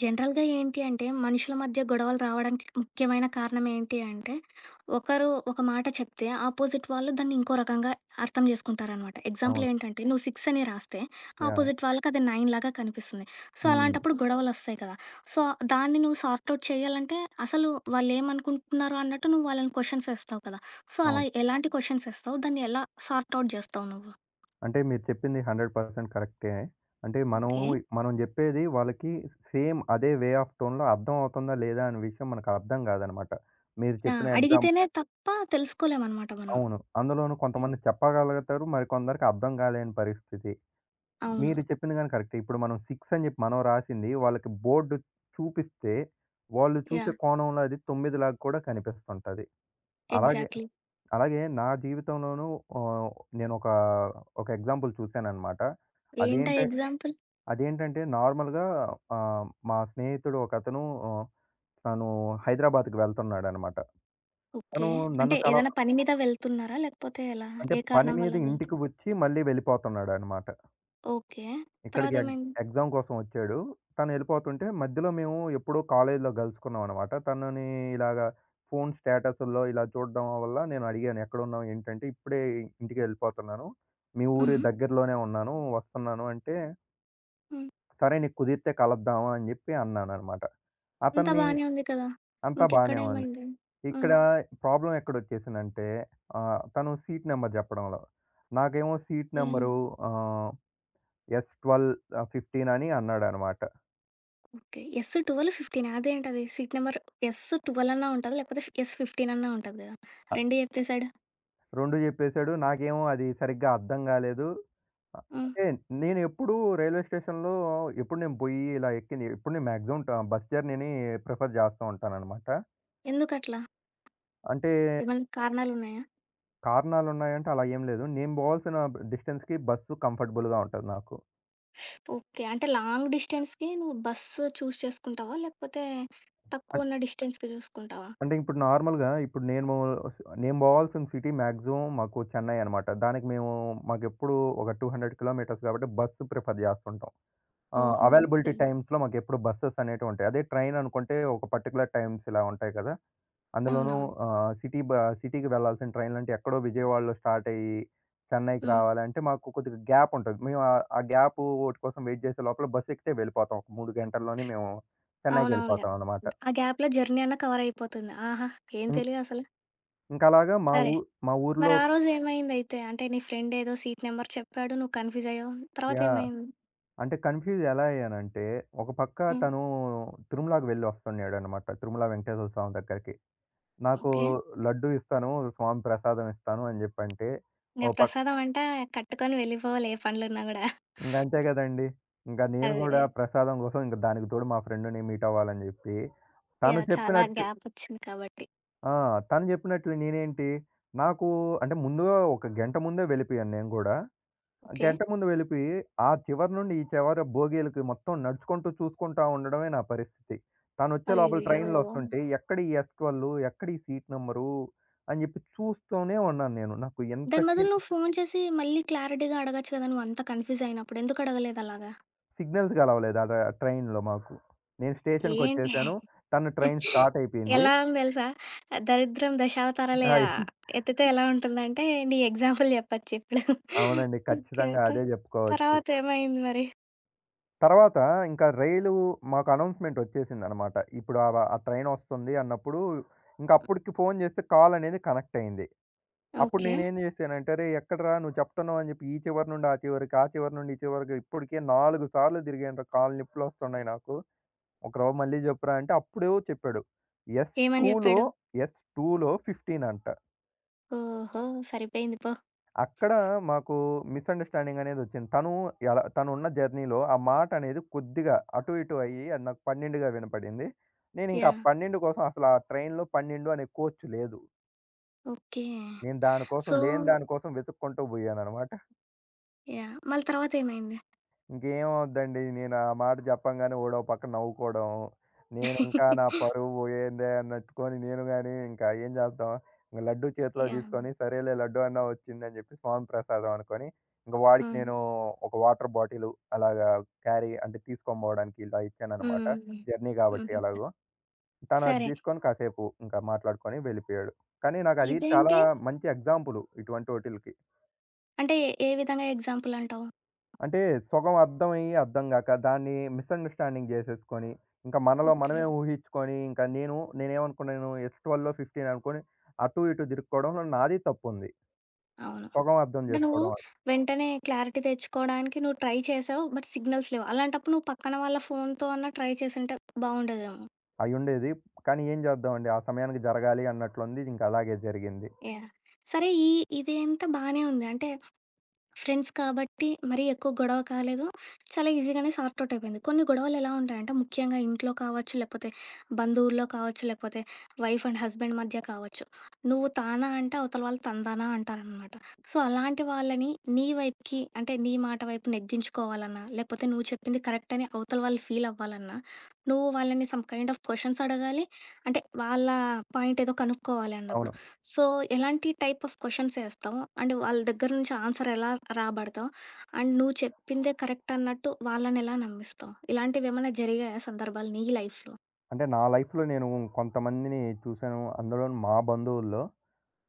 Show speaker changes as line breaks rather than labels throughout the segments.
జనరల్‌గా ఏంటి అంటే, మనుషుల మధ్య గొడవలు రావడానికి ముఖ్యమైన కారణం ఏంటి అంటే, ఒకరు ఒక మాట చెప్తే, ఆపోజిట్ వాళ్ళు దాన్ని ఇంకో రకంగా అర్థం చేసుకుంటారనమాట. ఎగ్జాంపుల్
అవును.
ఏంటంటే, నువ్వు 6 అని రాస్తే,
యాహ్!
ఆపోజిట్ వాళ్ళకి అది 9 లాగా కనిపిస్తుంది. సో,
హ్మ్.
అలాంటప్పుడు గొడవలొస్తాయి కదా! సో, దాన్ని నువ్వు సార్ట్ ఔట్ చేయాలంటే, అసలు వాళ్ళేమనుకుంటున్నారు అన్నట్టు నువ్వు వాళ్ళని క్వెషన్స్ ఏస్తావు కదా! సో, అలా
అవును.
ఎలాంటి క్వెషన్స్ ఏస్తావు? దాన్ని ఎలా సార్ట్ ఔట్ జేస్తావు నువ్వు?
అంటే మీరు చెప్పింది 100% కరెక్టే. అంటే మనము
ఓకే.
మనం జెప్పేది వాళ్ళకి సేమ్ అదే వే ఆఫ్ టోన్‌లో అర్థం అవుతుందా లేదా అనే విషయం మనకు అర్థం కాదనమాట. మీరు
యాహ్!
చెప్పిన ఎగ్జాం
అడిగితేనే తప్ప తెలుసుకోలేమనమాట మనం.
అవును. అందులోనూ కొంతమంది చెప్పగలుగుతారు. మరికొందరికి అర్థం కాలేని పరిస్థితి.
అవును.
మీరు చెప్పింది గాని కరెక్టే. ఇప్పుడు మనం 6 అని చెప్పి మనం రాసింది వాళ్ళకి బోర్డు చూపిస్తే, వాళ్ళు చూసే
యాహ్!
కోణంలో అది 9 లాగా కూడా కనిపిస్తుంటది. అలాగే
ఎగ్జాక్ట్‌లీ.
అలాగే నా జీవితంలోనూ ఆహ్, నేనొక ఒక ఒక ఎగ్జాంపుల్ చూసాననమాట. హ్మ్.
ఏంటా
అదేంటే
ఎగ్జాంపుల్?
అదేంటంటే నార్మల్‌గా మా స్నేహితుడు ఒకతను ఆహ్, తను హైదరాబాద్‌కి వెళ్తున్నాడనమాట.
ఓకే.
తను
అంటే
నన్ను కల
ఏదైనా పని మీద వెళ్తున్నారా? లేకపోతే ఎలా?
అంటే
ఏ
పని
కారణం వల్ల
మీద
వెళ్తు
ఇంటికి వచ్చి మళ్ళీ వెళ్ళిపోతున్నాడనమాట.
ఓకే.
ఇక్కడికి
తర్వాతేమైంది?
ఎగ్జామ్ కోసం వచ్చాడు. తనెళ్ళిపోతుంటే మధ్యలో మేము ఎప్పుడో కాలేజీలో గలుసుకున్నామనమాట. తనని ఇలాగా ఫోను స్టేటసుల్లో ఇలా చూడడం వల్ల నేను అడిగాను. ఎక్కడున్నావు? ఏంటంటే, "ఇప్పుడే ఇంటికెళ్ళిపోతున్నాను. మీ ఊరి
హుహు.
దగ్గరలోనే ఉన్నాను. వస్తున్నాను" అంటే,
హ్మ్.
"సరే నీకు కుదిరితే కలుద్దాము" అని జెప్పి అన్నాననమాట.
అంతా
అతన్ని
బానే ఉంది కదా!
అంతా
ఇంకెక్కడ
బానే ఉంది.
ఏమైంది? హ్మ్.
ఇక్కడ ప్రాబ్లమ్ ఎక్కడొచ్చేసిందంటే తను సీట్ నెంబర్ జెప్పడంలో. నాకేమో సీట్
ఏం
నెంబరు ఆహ్, ఎస్ 12 15 అని అన్నాడనమాట.
ఓకే. ఎస్ 12, 15 అదేంటది? సీట్ నంబర్ ఎస్ 12 అన్నా ఉంటది. లేకపోతే ఎస్ 15 అన్నా ఉంటది గదా! 2 చెప్పేసాడు.
2 జెప్పేసాడు. నాకేమో అది సరిగ్గా అర్థం గాలేదు.
హ్మ్.
అంటే నేనెప్పుడూ రైల్వే స్టేషన్‌లో ఎప్పుడు నేను బొయ్యి ఇలా ఎక్కింది ఎప్పుడు నేను మాక్సిమం బస్ జర్నీని ప్రిఫర్ జేస్తా ఉంటాననమాట.
ఎందుకట్లా?
అంటే
ఏమైనా కారణాలున్నాయా?
కారణాలున్నాయంటే అలా ఏం లేదు. నేను బోవాల్సిన డిస్టెన్స్‌కి బస్సు కంఫర్టబుల్‌గా ఉంటది నాకు.
ఓకే. అంటే లాంగ్ డిస్టెన్స్‌కి నువ్వు బస్సు చూజ్ చేసుకుంటావా? లేకపోతే
అన్
తక్కువ ఉన్న డిస్టెన్స్‌కి చూసుకుంటావా?
అంటే ఇప్పుడు నార్మల్‌గా ఇప్పుడు నేను నేను బోవాల్సిన సిటీ మాక్సిమం మాకు చెన్నై అనమాట. దానికి మేము మాకెప్పుడు ఒక 200 కిలోమీటర్స్ కాబట్టి బస్సు ప్రిఫర్ జేస్తుంటాం. ఆ!
ఓహో! ఓకే.
అవైలబిలిటీ
అండి.
టైమ్స్‌లో మాకెప్పుడు బసెస్ అనేటివుంటాయి. అదే ట్రైన్ అనుకుంటే ఒక పర్టిక్యులర్ టైమ్స్ ఇలా ఉంటాయి కదా! అందులోనూ
అవునవును.
ఆహ్, సిటీ బ సిటీకి వెళ్ళాల్సిన ట్రైన్‌లంటే ఎక్కడో విజయవాడలో స్టార్ట్ అయ్యి చెన్నైకి
హ్మ్.
రావాలంటే మాకు కొద్దిగా గ్యాప్ ఉంటది. మేము ఆ గ్యాప్ ఓటి కోసం వెయిట్ చేసే లోపల బస్ ఎక్కితే వెళ్ళిపోతాం. ఒక 3 గంటల్లోనే మేము
అవునవునులే.
చెన్నైకెళ్ళిపోతాం అనమాట.
ఆ గ్యాప్‌లో జర్నీ అన్నా కవర్ అయిపోతుంది. ఆహా! ఏం
ఇం
తెలియదసలు.
ఇంకలాగా
సరే.
మా
మరి
ఊర్లో
ఆ రోజు ఏమైందైతే? అంటే నీ ఫ్రెండ్ ఏదో సీట్ నంబర్ చెప్పాడు. నువ్వు కన్‌ఫ్యూజ్ అయ్యావు. తర్వాత
యాహ్!
ఏమైంది?
అంటే కన్‌ఫ్యూజ్ ఎలా అయ్యానంటే, ఒక పక్క
హ్మ్.
తను తిరుమలకి వెళ్ళొస్తున్నాడనమాట. తిరుమల వెంకటేశ్వర స్వామి దగ్గరికి. నాకు
ఓకే.
లడ్డు ఇస్తాను, స్వామి ప్రసాదం ఇస్తాను అని జెప్పంటే,
ఇంగ
ఓ పక్
ప్రసాదం అంట కట్టుకొని వెళ్ళిపోవాలి ఏ పనులున్నా గూడా.
ఇంకంతే గదండీ! ఇంక అంతే కదండి. ఇంకా నేను
అదే.
గూడా ప్రసాదం కోసం ఇంక దానికి తోడు మా ఫ్రెండ్‌ని మీట్ అవ్వాలని జెప్పి, తను
యాహ్! చాలా
చెప్పినట్టే
గ్యాప్ వచ్చింది కాబట్టి.
ఆ! తను జెప్పినట్లు నేనేంటి, నాకు అంటే ముందుగా ఒక గంట ముందే వెళ్ళిపోయాను నేను గూడా.
ఓకే.
గంట ముందు వెళ్ళిపోయి, ఆ చివరి నుండి ఈ చివర బోగీలకి మొత్తం నడుచుకుంటూ చూసుకుంటా ఉండడమే నా పరిస్థితి. తనొచ్చే లోపల
అయ్యయ్యో!
ట్రైన్‌లో వస్తుంటే, ఎక్కడ ఈ ఎస్ 12 ఎక్కడ ఈ సీట్ నంబరు అని జెప్పి చూస్తూనే ఉన్నాను నేను. నాకు
దాని
ఎంతకి
బదులు నువ్వు ఫోను చేసి మళ్ళీ క్లారిటీగా అడగొచ్చు కదా! నువ్వు అంత కన్‌ఫ్యూజ్ అయినప్పుడు. ఎందుకు అడగలేదు అలాగా?
సిగ్నల్స్ కలవలేదు ఆ! ట్రైన్‌లో మాకు. నేను
ఏంటి?
స్టేషన్‌కొచ్చేసాను. తను ట్రైన్ స్టార్ట్ అయిపోయింది.
ఎలా అని తెలుసా? దరిద్రం దశావతారాలే
అయి
ఎత్తితే ఎలా ఉంటుందంటే నీ ఎగ్జాంపుల్ చెప్పొచ్చు ఇప్పుడు.
అవునండి.
ఓకే.
ఖచ్చితంగా అదే జెప్పుకోవచ్చు.
తర్వాత ఏమైంది మరి?
తర్వాత ఇంకా రైలు మాకు అనౌన్స్‌మెంట్ ఒచ్చేసిందనమాట. ఇప్పుడు ఆ ట్రైన్ ఒస్తుంది అన్నప్పుడు, ఇంక అప్పటికి ఫోను జేస్తే కాల్ అనేది కనెక్ట్ అయింది. అప్పుడు
ఓకే.
నేనేం జేశానంటే, "అరేయ్! ఎక్కడరా నువ్వు చెప్తున్నావు" అని జెప్పి ఈ చివరి నుండి ఆ చివరికి, ఆ చివరి నుండి ఈ చివరికి ఇప్పటికే 4 సార్లు తిరిగానురా కాళ్ళు నొప్పులొస్తున్నాయి నాకు. ఒక రవ్వ మళ్ళీ చెప్పురా అంటే అప్పుడు చెప్పాడు. ఎస్
ఏమని
టూలో,
చెప్పాడు?
ఎస్ టూలో 15 అంట.
ఓహో! సరిపోయింది పో.
అక్కడ మాకు మిస్‌అండర్‌స్టాండింగ్ అనేదొచ్చింది. తను ఎలా తనున్న జర్నీలో ఆ మాట అనేది కొద్దిగా అటు, ఇటు అయ్యి అది నాకు 12గా వినపడింది. నేనింకా ఆ
యాహ్!
12 కోసం అసలు ఆ ట్రైన్‌లో 12 అనే కోచ్ లేదు.
ఓకే.
నేను దానికోసం
సో,
లేని దానికోసం వెతుక్కుంటూ పోయాననమాట.
యాహ్! మళ్ళీ తర్వాత ఏమైంది?
ఇంకేం అవుద్దండి. నేను ఆ మాట జెప్పంగానే వాడో పక్క నవ్వుకోవడం. నేనింకా నా పరువు పోయిందే అన్నట్టుకొని నేను గాని ఇంకా ఏం జేద్దాం. ఇంక లడ్డూ చేతిలో
యాహ్!
తీసుకొని సరేలే లడ్డూ అన్నా వచ్చిందని జెప్పి స్వామి ప్రసాదం అనుకోని, ఇంక వాడికి
హ్మ్.
నేను ఒక వాటర్ బాటిలు అలాగా క్యారీ అంటే తీసుకొనిబోవడానికి ఇలా ఇచ్చాననమాట.
హ్మ్.
జర్నీ గాబట్టి
హుహు.
ఎలాగో. తను అది
సరే.
తీసుకొని కాసేపు ఇంకా మాట్లాడుకొని వెళ్ళిపోయాడు. కానీ నాకది చాలా
ఇదేంటి?
మంచి ఎగ్జాంపులు ఇటువంటోటిలికి.
అంటే ఏ ఏ విధంగా ఎగ్జాంపుల్ అంటావు?
అంటే సగం అర్థమయ్యి, అర్థం గాక దాన్ని మిసండర్‌స్టాండింగ్ జేసేసుకొని, ఇంకా మనలో
ఓకే.
మనమే ఊహించుకొని, ఇంకా నేనేమనుకున్నాను ఎస్ 12 15 అనుకోని అటు ఇటు తిరుక్కోవడంలో నాది తప్పుంది.
అవును.
సగం అర్థం
అంటే నువ్వు
జేసుకోవడం వల్ల
వెంటనే క్లారిటీ తెచ్చుకోవడానికి నువ్వు ట్రై చేసావు. బట్ సిగ్నల్స్ లేవు. అలాంటప్పుడు నువ్వు పక్కన వాళ్ళ ఫోన్‌తో అన్నా ట్రై చేసుంటే బావుండేదేమో.
అయ్యుండేది. కానీ ఏం జేద్దామండి? ఆ సమయానికి జరగాలి అన్నట్లుంది. ఇంక అలాగే జరిగింది.
యాహ్! సరే ఈ ఇదంతా బానే ఉంది. అంటే ఫ్రెండ్స్ కాబట్టి మరీ ఎక్కువ గొడవ కాలేదు. చాలా ఈజీగానే సార్ట్ ఔట్ అయిపోయింది. కొన్ని గొడవలు ఎలా ఉంటాయంటే ముఖ్యంగా ఇంట్లో కావచ్చు, లేకపోతే బంధువుల్లో కావచ్చు, లేకపోతే వైఫ్ అండ్ హస్బెండ్ మధ్య కావచ్చు. నువ్వు తానా అంటే అవతల వాళ్ళు తందానా అంటారనమాట. సో, అలాంటి వాళ్ళని నీ వైపుకి అంటే నీ మాట వైపు నెగ్గించుకోవాలన్నా, లేకపోతే నువ్వు చెప్పింది కరెక్ట్ అని అవతల వాళ్ళు ఫీల్ అవ్వాలన్నా, నువ్వు వాళ్ళని సమ్ కైండ్ ఆఫ్ క్వెషన్స్ అడగాలి. అంటే వాళ్ళ పాయింట్ ఏదో కనుక్కోవాలి అన్నప్పుడు.
అవును.
సో, ఎలాంటి టైప్ ఆఫ్ క్వెషన్స్ ఏస్తావు? అండ్ వాళ్ళ దగ్గర నుంచి ఆన్సర్ ఎలా రాబడతావు? అండ్ నువ్వు చెప్పిందే కరెక్ట్ అన్నట్టు వాళ్ళనెలా నమ్మిస్తావు? ఇలాంటివేమన్నా జరిగాయా సందర్భాలు నీ లైఫ్‌లో?
అంటే నా లైఫ్‌లో నేను కొంతమందిని చూసాను. అందులోను మా బంధువుల్లో.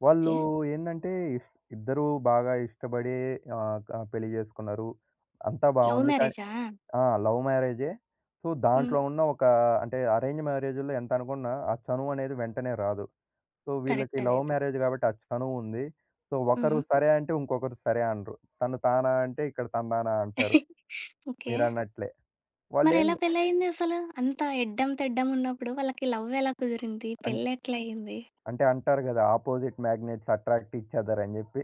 వాళ్ళు
ఓకే.
ఏందంటే ఇష్ ఇద్దరూ బాగా ఇష్టపడి ఆహ్, క పెళ్లి జేసుకున్నారు. అంతా
లవ్
బావుంది. కానీ
మ్యారేజా?
ఆ! లవ్ మ్యారేజే. సో,
హ్మ్.
దాంట్లో ఉన్న ఒక అంటే అరేంజ్ మ్యారేజుల్లో ఎంత అనుకున్నా ఆ చనువనేది వెంటనే రాదు. సో, వీళ్ళకి
కరెక్ట్
లవ్
అదైతే.
మ్యారేజ్ కాబట్టి ఆ చనువుంది. సో, ఒకరు
హుహు.
సరే అంటే ఇంకొకరు సరే అనరు. తను తానా అంటే ఇక్కడ తను తానా అంటారు
ఓకే.
మీరన్నట్లే. వాళ్ళేం
మరెలా పెళ్లయింది అసలు? అంత ఎడ్డం తెడ్డం ఉన్నప్పుడు వాళ్ళకి లవ్ ఎలా కుదిరింది?
అన్
పెళ్లెట్లయింది?
అంటే అంటారు గదా! Opposite magnets attract each other అని జెప్పి.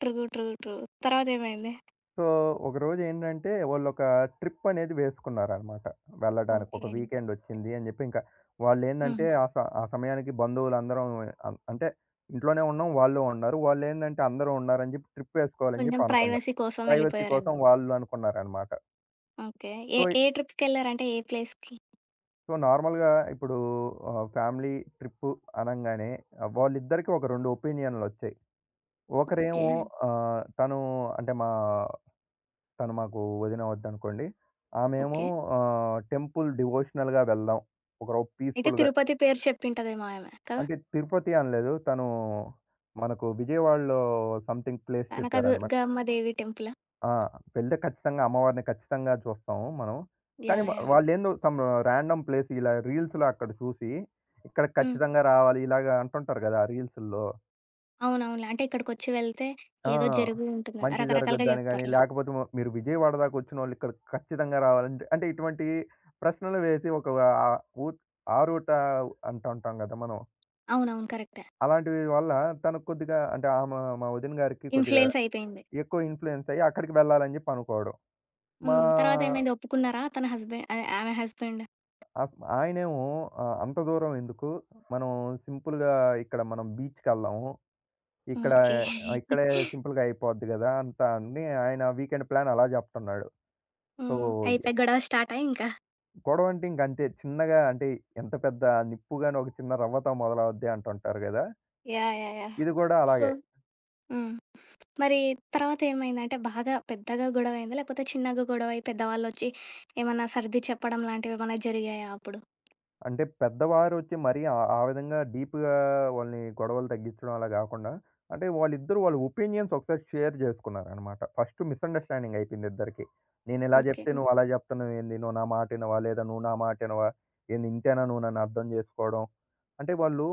True, true, true. తర్వాతేమైంది?
సో, ఒకరోజు ఏంటంటే వాళ్ళొక ట్రిప్ అనేది వేసుకున్నారనమాట. వెళ్ళడానికి
ఓకే.
ఒక వీకెండ్ వచ్చింది అని జెప్పి ఇంకా వాళ్ళేందంటే
హుహు.
ఆ సమయానికి బంధువులందరం అంటే ఇంట్లోనే ఉన్నాం. వాళ్ళు ఉన్నారు. వాళ్ళేందంటే అందరూ ఉన్నారని జెప్పి ట్రిప్ వేసుకోవాలని
కొంచెం
జెప్పి అనుకున్నారు.
ప్రైవసీ కోసం
ప్రైవసీ
వెళ్ళిపోయారని.
కోసం వాళ్ళు అనుకున్నారనమాట.
ఓకే. ఏ
సో,
ఏ ట్రిప్‌కెళ్లారంటే ఏ ప్లేస్‌కి?
సో, నార్మల్‌గా ఇప్పుడు ఫ్యామిలీ ట్రిప్పు అనంగానే వాళ్ళిద్దరికీ ఒక 2 ఒపీనియన్‌లొచ్చాయి.
ఓకే.
ఒకరేమో తను అంటే మా తను మాకు వదిన వద్దనుకోండి. ఆమేమో
ఓకే.
టెంపుల్ డివోషనల్‌గా వెళ్దాం. ఒకరో
అయితే
పీస్‌ఫుల్‌గా
తిరుపతి పేరు చెప్పింటదేమో ఆమె కదా!
అంటే తిరుపతి అనలేదు. తను మనకు విజయవాడలో సంథింగ్ ప్లేస్ చెప్పారనమాట.
కనకదుర్గమ్మ దేవి టెంపులా?
ఆ! వెళ్తే ఖచ్చితంగా అమ్మవారిని ఖచ్చితంగా చూస్తాము మనం. కానీ
యాహ్! యాహ్!
వాళ్ళేందో సమ్ ర్యాండమ్ ప్లేస్ ఇలా రీల్స్‌లో అక్కడ చూసి, ఇక్కడ
హ్మ్.
ఖచ్చితంగా రావాలి ఇలాగ అంటుంటారు గదా! రీల్సుల్లో.
అవునవునులే. అంటే ఇక్కడికొచ్చి వెళ్తే
ఆ!
ఏదో జరిగి ఉంటుంది.
మంచి
రకరకాలుగా
జరగొద్దని గాని,
చెప్తారులే.
లేకపోతే మీరు విజయవాడ దాకా వచ్చినోళ్ళు ఇక్కడికి ఖచ్చితంగా రావాలంటే అంటే ఇటువంటి ప్రశ్నలు వేసి ఒక ఆహ్, ఊత్ ఆరూట అంటుంటాం గదా! మనం.
అవునవును. కరెక్టే.
అలాంటివి వల్ల తను కొద్దిగా అంటే ఆమె మా వదిన గారికి కొద్దిగా
ఇన్‌ఫ్లుయెన్స్ అయిపోయింది.
ఎక్కువ ఇన్‌ఫ్లుయెన్స్ అయ్యి అక్కడికి వెళ్ళాలని జెప్పి అనుకోవడం. మా
హ్మ్. తర్వాతేమైంది ఒప్పుకున్నారా? తన హస్బెండ్ అదే ఆమె హస్బెండ్.
ఆహ్, ఆయనేమో అంత దూరం ఎందుకు? మనం సింపుల్‌గా ఇక్కడ మనం బీచ్‌కెళ్దాము. ఇక్కడ
ఓకే.
ఇక్కడే సింపుల్‌గా అయిపోద్ది గదా! అంతా అని ఆయన వీకెండ్ ప్లాన్ అలా జెప్తున్నాడు. సో
హ్మ్. అయిపోయి గొడవ స్టార్టా ఇంకా?
గొడవ అంటే ఇంక అంతే. చిన్నగా అంటే ఎంత పెద్ద నిప్పు గాని ఒక చిన్న రవ్వతో మొదలవుద్ది అంటుంటారు గదా!
యాహ్! యాహ్! యాహ్!
ఇది గూడా
సో,
అలాగే.
హ్మ్. మరి తర్వాతేమైంది? అంటే బాగా పెద్దగా గొడవయిందా? లేకపోతే చిన్నగా గొడవయి పెద్దవాళ్ళొచ్చి ఏమన్నా సర్ది చెప్పడం లాంటివేమన్నా జరిగాయా అప్పుడు?
అంటే పెద్దవారొచ్చి మరీ ఆ ఆ విధంగా డీప్‌గా వాళ్ళని గొడవలు తగ్గించడం అలా గాకుండా, అంటే వాళ్ళిద్దరూ వాళ్ళ ఒపీనియన్స్ ఒకసారి షేర్ జేసుకున్నారనమాట. ఫస్ట్ మిస్‌అండర్‌స్టాండింగ్ అయిపోయింది ఇద్దరికీ. నేనిలా
ఓకే.
జెప్తే నువ్వు అలా జెప్తున్నావేంది? నువ్వు నా మాట ఇనవా? లేదా నువ్వు నా మాట ఇనవా? ఏంది ఇంతేనా నువ్వు నన్ను అర్థం జేసుకోవడం? అంటే వాళ్ళు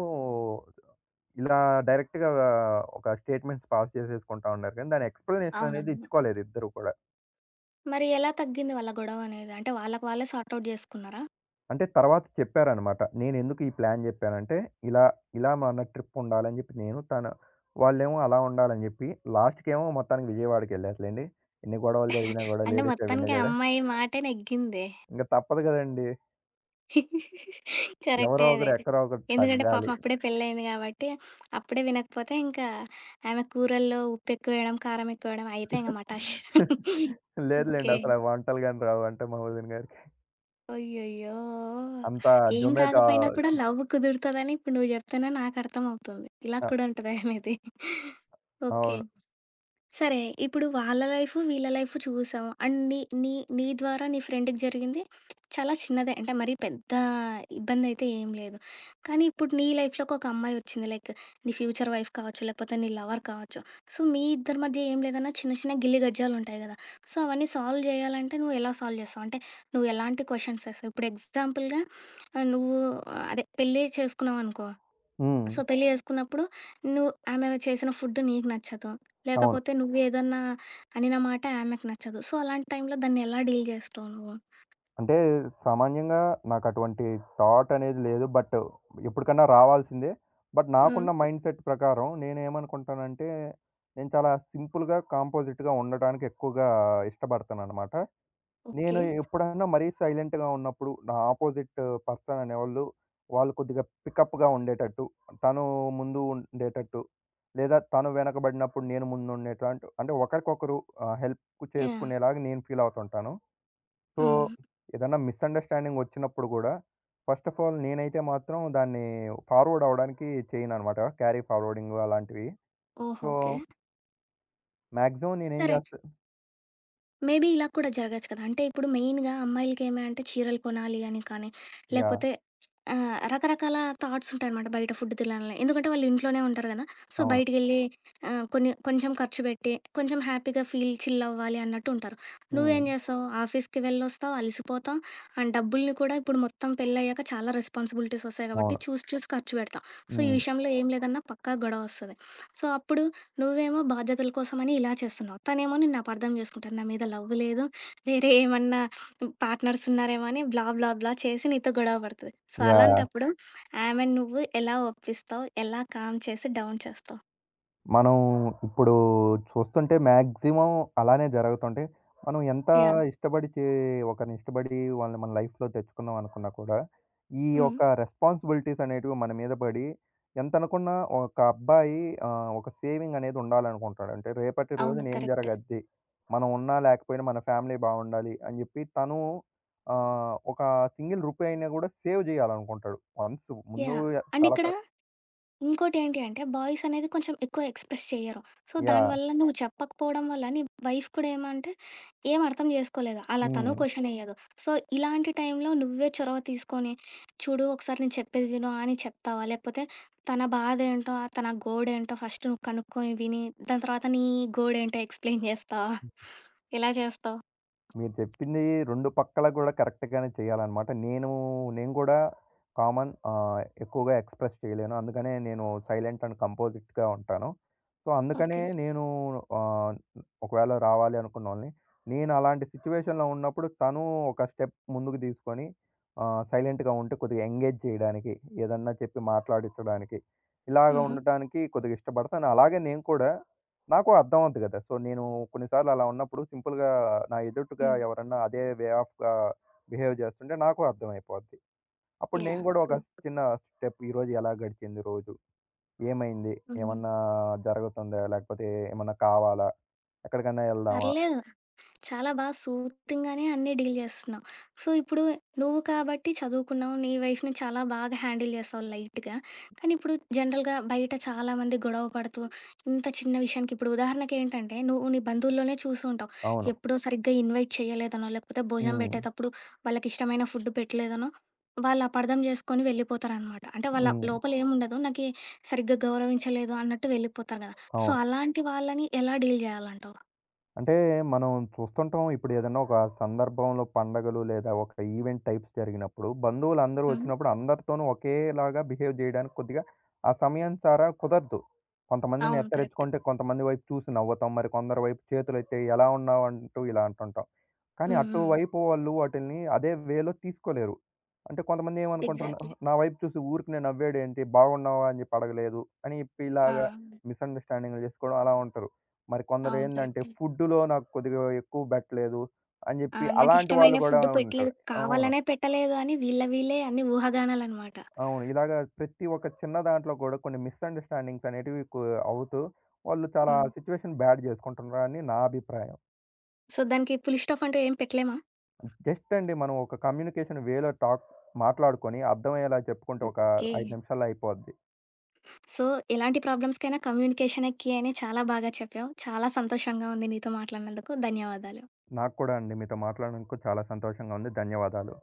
ఇలా డైరెక్ట్‌గా ఒక స్టేట్మెంట్స్ పాస్ చేసేసుకుంటా ఉన్నారు కానీ, దాని ఎక్స్‌ప్లనేషన్ అనేది
అవునవును.
ఇచ్చుకోలేదు ఇద్దరు కూడా.
మరి ఎలా తగ్గింది వాళ్ళ గొడవనేది? అంటే వాళ్ళకి వాళ్ళే సార్ట్ ఔట్ జేసుకున్నారా?
అంటే తర్వాత చెప్పారనమాట. నేనెందుకు ఈ ప్లాన్ జెప్పానంటే, ఇలా, ఇలా మన ట్రిప్ ఉండాలని జెప్పి నేను, తను వాళ్ళేమో అలా ఉండాలని జెప్పి, లాస్ట్‌కేమో మొత్తానికి విజయవాడకెళ్ళారులెండి. ఎన్ని గొడవలు జరిగినా గూడా
అంటే
లేడీసే విన్
మొత్తానికి ఆ
గదా!
అమ్మాయి మాటే నెగ్గిందే.
ఇంక తప్పదు గదండీ. ఎవరో
కరెక్టే
ఒకరు
అదైతే.
ఎక్కడో ఒకరు
ఎందుకంటే పాపం
తగ్గాలి.
అప్పుడే పెళ్లయింది గాబట్టి, అప్పుడే వినకపోతే ఇంకా ఆమె కూరల్లో ఉప్పెక్కువేయడం, కారం ఎక్కువేయడం అయిపాయే ఇంగ మటాష్.
లేదులెండి.
ఓకే.
అసల వంటలు గాని రావంటే మా వదిన గారికి.
అయ్యయ్యో!
అంతా
ఏం
జొమాటో
రాకపోయినా కూడా లవ్ కుదురుతదని ఇప్పుడు నువ్వు జెప్తేనే నాకు అర్థమవుతుంది. ఇలా
ఆ!
కూడా ఉంటదా అనేది? ఓకే.
అవును.
సరే. ఇప్పుడు వాళ్ళ లైఫు, వీళ్ళ లైఫు చూసాం. అండ్ నీ నీ నీ ద్వారా నీ ఫ్రెండ్‌కి జరిగింది చాలా చిన్నదే. అంటే మరీ పెద్ద ఇబ్బందయితే ఏం లేదు. కానీ ఇప్పుడు నీ లైఫ్‌లోకి ఒక అమ్మాయి వచ్చింది. లైక్ నీ ఫ్యూచర్ వైఫ్ కావచ్చు, లేకపోతే నీ లవర్ కావచ్చు. సో, మీ ఇద్దరి మధ్య ఏం లేదన్నా చిన్న చిన్న గిల్లి గజ్జాలుంటాయి గదా! సో, అవన్నీ సాల్వ్ జేయాలంటే నువ్వు ఎలా సాల్వ్ జేస్తావు? అంటే నువ్వు ఎలాంటి క్వెషన్స్ ఏస్తావు? ఇప్పుడు ఎగ్జాంపుల్‌గా నువ్వు ఆ, అదే పెళ్లి చేసుకున్నావనుకో.
హ్మ్.
సో, పెళ్లి జేసుకున్నప్పుడు నువ్వు ఆమె చేసిన ఫుడ్ నీకు నచ్చదు.
అవును.
లేకపోతే నువ్వేదన్నా అనిన మాట ఆమెకు నచ్చదు. సో, అలాంటి టైంలో దాన్నెలా డీల్ జేస్తావు నువ్వు?
అంటే సామాన్యంగా నాకటువంటి థాట్ అనేది లేదు. బట్ ఎప్పటికన్నా రావాల్సిందే. బట్
హ్మ్.
నాకున్న మైండ్‌సెట్ ప్రకారం నేనేమనుకుంటానంటే, నేను చాలా సింపుల్‌గా, కాంపోజిట్‌గా ఉండటానికి ఎక్కువగా ఇష్టపడతాననమాట.
ఓకే.
నేను ఎప్పుడైనా మరీ సైలెంట్‌గా ఉన్నప్పుడు, నా ఆపోజిట్ పర్సన్ అనేవాళ్ళు, వాళ్ళు కొద్దిగా పికప్‌గా ఉండేటట్టు, తను ముందు ఉండేటట్టు, లేదా తను వెనకబడినప్పుడు నేను ముందుండేటట్టు అంటే ఒకరికొకరు హెల్ప్
యాహ్!
చేసుకునేలాగా నేను ఫీల్ అవుతుంటాను. సో,
హ్మ్.
ఏదన్నా మిస్‌అండర్‌స్టాండింగ్ వచ్చినప్పుడు గూడా, ఫస్ట్ ఆఫ్ ఆల్ నేనైతే మాత్రం దాన్ని ఫార్వర్డ్ అవ్వడానికి చేయననమాట. క్యారీ ఫార్వర్డింగు అలాంటివి.
ఓహ్!
So,
okay.
మాక్సిమం నేనేం
సరే.
జేస్తా
మేబీ ఇలా కూడా జరగచ్చు కదా! అంటే ఇప్పుడు మెయిన్‌గా అమ్మాయిలకేమి అంటే చీరలు కొనాలి అని కానీ,
యాహ్!
లేకపోతే రకరకాల థాట్స్ ఉంటాయనమాట బయట ఫుడ్ తినాలని. ఎందుకంటే వాళ్ళు ఇంట్లోనే ఉంటారు కదా! సో,
అవును.
బయటికెళ్ళి కొన్ని కొంచెం ఖర్చు పెట్టి, కొంచెం హ్యాపీగా ఫీల్ చిల్ అవ్వాలి అన్నట్టు ఉంటారు.
హ్మ్.
నువ్వేం చేస్తావు? ఆఫీస్‌కి వెళ్ళొస్తావు, అలసిపోతావు. అండ్ డబ్బుల్ని కూడా ఇప్పుడు మొత్తం పెళ్ళయ్యాక చాలా రెస్పాన్సిబిలిటీస్ వస్తాయి కాబట్టి
అవును.
చూసి చూసి ఖర్చు పెడతావు. సో, ఈ
హ్మ్.
విషయంలో ఏం లేదన్నా పక్కా గొడవ వస్తది. సో, అప్పుడు నువ్వేమో బాధ్యతల కోసమని ఇలా చేస్తున్నావు. తనేమో నిన్ను అపార్థం చేసుకుంటాడు. నా మీద లవ్ లేదు, వేరే ఏమన్నా పార్ట్నర్స్ ఉన్నారేమో అని బ్లా బ్లా బ్లా చేసి నీతో గొడవ పడతది. So,
yeah!
అలాంటప్పుడు ఆమెను నువ్వు ఎలా ఒప్పిస్తావు? ఎలా కామ్ చేసి డౌన్ చేస్తావు?
మనం ఇప్పుడు చూస్తుంటే మాక్సిమం అలానే జరుగుతుంటాయి. మనం ఎంత
యాహ్!
ఇష్టపడి చే ఒకరిని ఇష్టపడి వాళ్ళని మన లైఫ్‌లో తెచ్చుకుందాం అనుకున్నా కూడా, ఈ
హ్మ్.
యొక్క రెస్పాన్సిబిలిటీస్ అనేటివి మన మీద పడి, ఎంతనుకున్నా ఒక అబ్బాయి ఒక సేవింగ్ అనేది ఉండాలనుకుంటాడు. అంటే రేపటి
అవును.
రోజున ఏం
కరెక్ట్.
జరగద్ది? మనం ఉన్నా లేకపోయినా మన ఫ్యామిలీ బావుండాలి అని చెప్పి తను ఒక సింగిల్ రూపాయి అయినా కూడా సేవ్ చేయాలనుకుంటాడు. వన్స్ ముందు
యాహ్! అండ్
చాలా
ఇక్కడ ఇంకోటేంటి అంటే, బాయ్స్ అనేది కొంచెం ఎక్కువ ఎక్స్‌ప్రెస్ చెయ్యరు. So,
yeah!
దానివల్ల నువ్వు చెప్పకపోవడం వల్ల నీ వైఫ్ కూడా ఏమంటే, ఏం అర్థం చేసుకోలేదు. అలా తను
హ్మ్.
క్వెషనెయ్యదు. సో, ఇలాంటి టైంలో నువ్వే చొరవ తీసుకొని, చూడు ఒకసారి నేను చెప్పేది విను అని చెప్తావా? లేకపోతే తన బాధేంటో, తన గోడేంటో ఫస్ట్ నువ్వు కనుక్కొని విని, దాని తర్వాత నీ గోడేంటో ఎక్స్‌ప్లెయిన్ చేస్తావా? ఎలా చేస్తావు?
మీరు చెప్పింది 2 పక్కల గూడా కరెక్ట్‌గానే చేయాలనమాట. నేను నేను గూడా కామన్ ఎక్కువగా ఎక్స్‌ప్రెస్ చేయలేను. అందుకనే నేను సైలెంట్ అండ్ కంపోజిట్‌గా ఉంటాను. సో, అందుకనే
ఓకే.
నేను ఆహ్, ఒకవేళ రావాలి అనుకున్నోళ్ళని, నేను అలాంటి సిట్యుయేషన్‌లో ఉన్నప్పుడు తను ఒక స్టెప్ ముందుకు తీసుకొని సైలెంట్‌గా ఉంటే కొద్దిగా ఎంగేజ్ చేయడానికి, ఏదన్నా చెప్పి మాట్లాడించడానికి, ఇలాగ
హుహు.
ఉండటానికి కొద్దిగా ఇష్టపడతాను. అలాగే నేను కూడా నాకు అర్థం అవుద్ది గదా! సో, నేను కొన్నిసార్లు అలా ఉన్నప్పుడు సింపుల్‌గా నా ఎదుటుగా
హ్మ్.
ఎవరన్నా అదే వే ఆఫ్‌గా బిహేవ్ చేస్తుంటే నాకు అర్థమైపోద్ది. అప్పుడు
యాహ్!
నేను గూడా ఒక
ట్రూ.
చిన్న స్టెప్ ఈరోజు ఎలా గడిచింది రోజు? ఏమైంది?
హ్మ్.
ఏమన్నా జరుగుతుందా? లేకపోతే ఏమన్నా కావాలా? ఎక్కడికన్నా ఎళ్దామా?
పర్లేదు. చాలా బా సూతింగ్‌గానే అన్నీ డీల్ జేస్తున్నావు. సో, ఇప్పుడు నువ్వు కాబట్టి చదువుకున్నావు, నీ వైఫ్‌ని చాలా బాగా హ్యాండిల్ చేసావు లైట్‌గా. కానీ ఇప్పుడు జనరల్‌గా బయట చాలామంది గొడవ పడుతూ, ఇంత చిన్న విషయానికి ఇప్పుడు ఉదాహరణకేంటంటే, నువ్వు నీ బంధువుల్లోనే చూసి ఉంటావు.
అవును.
ఎప్పుడో సరిగ్గా ఇన్వైట్ చేయలేదనో, లేకపోతే భోజనం
హ్మ్.
పెట్టేతప్పుడు వాళ్ళకిష్టమైన ఫుడ్ పెట్టలేదనో, వాళ్ళు అపార్థం జేసుకొని వెళ్ళిపోతారనమాట. అంటే వాళ్ళ
హ్మ్.
లోపల ఏముండదు. నాకీ సరిగ్గా గౌరవించలేదు అన్నట్టు వెళ్ళిపోతారు గదా! సో,
అవును.
అలాంటి వాళ్ళని ఎలా డీల్ జేయాలంటావు?
అంటే మనం చూస్తుంటాం ఇప్పుడు ఏదైనా ఒక సందర్భంలో పండగలు లేదా ఒక ఈవెంట్ టైప్స్ జరిగినప్పుడు బంధువులు అందరూ
హ్మ్.
వచ్చినప్పుడు అందరితోనూ ఒకేలాగా బిహేవ్ చేయడానికి కొద్దిగా ఆ సమయం సారా కుదరదు. కొంతమందిని
అవును. కరెక్ట్.
ఎత్తరించుకుంటే కొంతమంది వైపు చూసి నవ్వుతాం. మరి కొందరి వైపు చేతులెత్తి ఎలా ఉన్నావు అంటూ ఇలా అంటుంటాం. కానీ
హ్మ్. హ్మ్.
అటువైపు వాళ్ళు వాటిల్ని అదే వేలో తీసుకోలేరు. అంటే కొంతమంది ఏమనుకుంటున్నా
ఎగ్జాక్ట్‌లీ.
నా వైపు చూసి ఊరికనే నవ్వాడేంటి? బాగున్నావా? అని జెప్పి అడగలేదు అని చెప్పి
ఆ!
ఇలాగా మిస్‌అండర్‌స్టాండింగ్‌లు జేసుకోవడం అలా ఉంటారు. మరి
అవును.
కొందరేందంటే
కరెక్టే.
ఫుడ్‌లో నాకు కొద్దిగా ఎక్కువ బెట్టలేదు అని
ఆ!
జెప్పి అలాంటి
నాకిష్టమైన
వాళ్ళు గూడా
ఫుడ్ పెట్టలేదు
ఉంటారు. అవును.
కావాలనే పెట్టలేదు అని వీళ్ళ వీళ్ళే అన్ని ఊహాగానాలనమాట.
అవును. ఇలాగా ప్రతి ఒక్క చిన్న దాంట్లో గూడా కొన్ని మిస్‌అండర్‌స్టాండింగ్స్ అనేటివి అవుతూ వాళ్ళు చాలా
హ్మ్.
సిట్యుయేషన్ బ్యాడ్ జేసుకుంటున్నారని నా అభిప్రాయం.
సో, దానికి ఫుల్ స్టాప్ అంటూ ఏం పెట్టలేమా?
జస్ట్ అండి మనం ఒక కమ్యూనికేషన్ వేలో మాట్లాడుకొని అర్థమయ్యేలా చెప్పుకుంటే ఒక
ఓకే.
5 నిమిషాల్లో అయిపోద్ది.
సో, ఎలాంటి ప్రాబ్లమ్స్‌కైనా కమ్యూనికేషనే కీ అని చాలా బాగా చెప్పావు. చాలా సంతోషంగా ఉంది నీతో మాట్లాడినందుకు. ధన్యవాదాలు.
నాకు కూడా అండి మీతో మాట్లాడినందుకు చాలా సంతోషంగా ఉంది. ధన్యవాదాలు.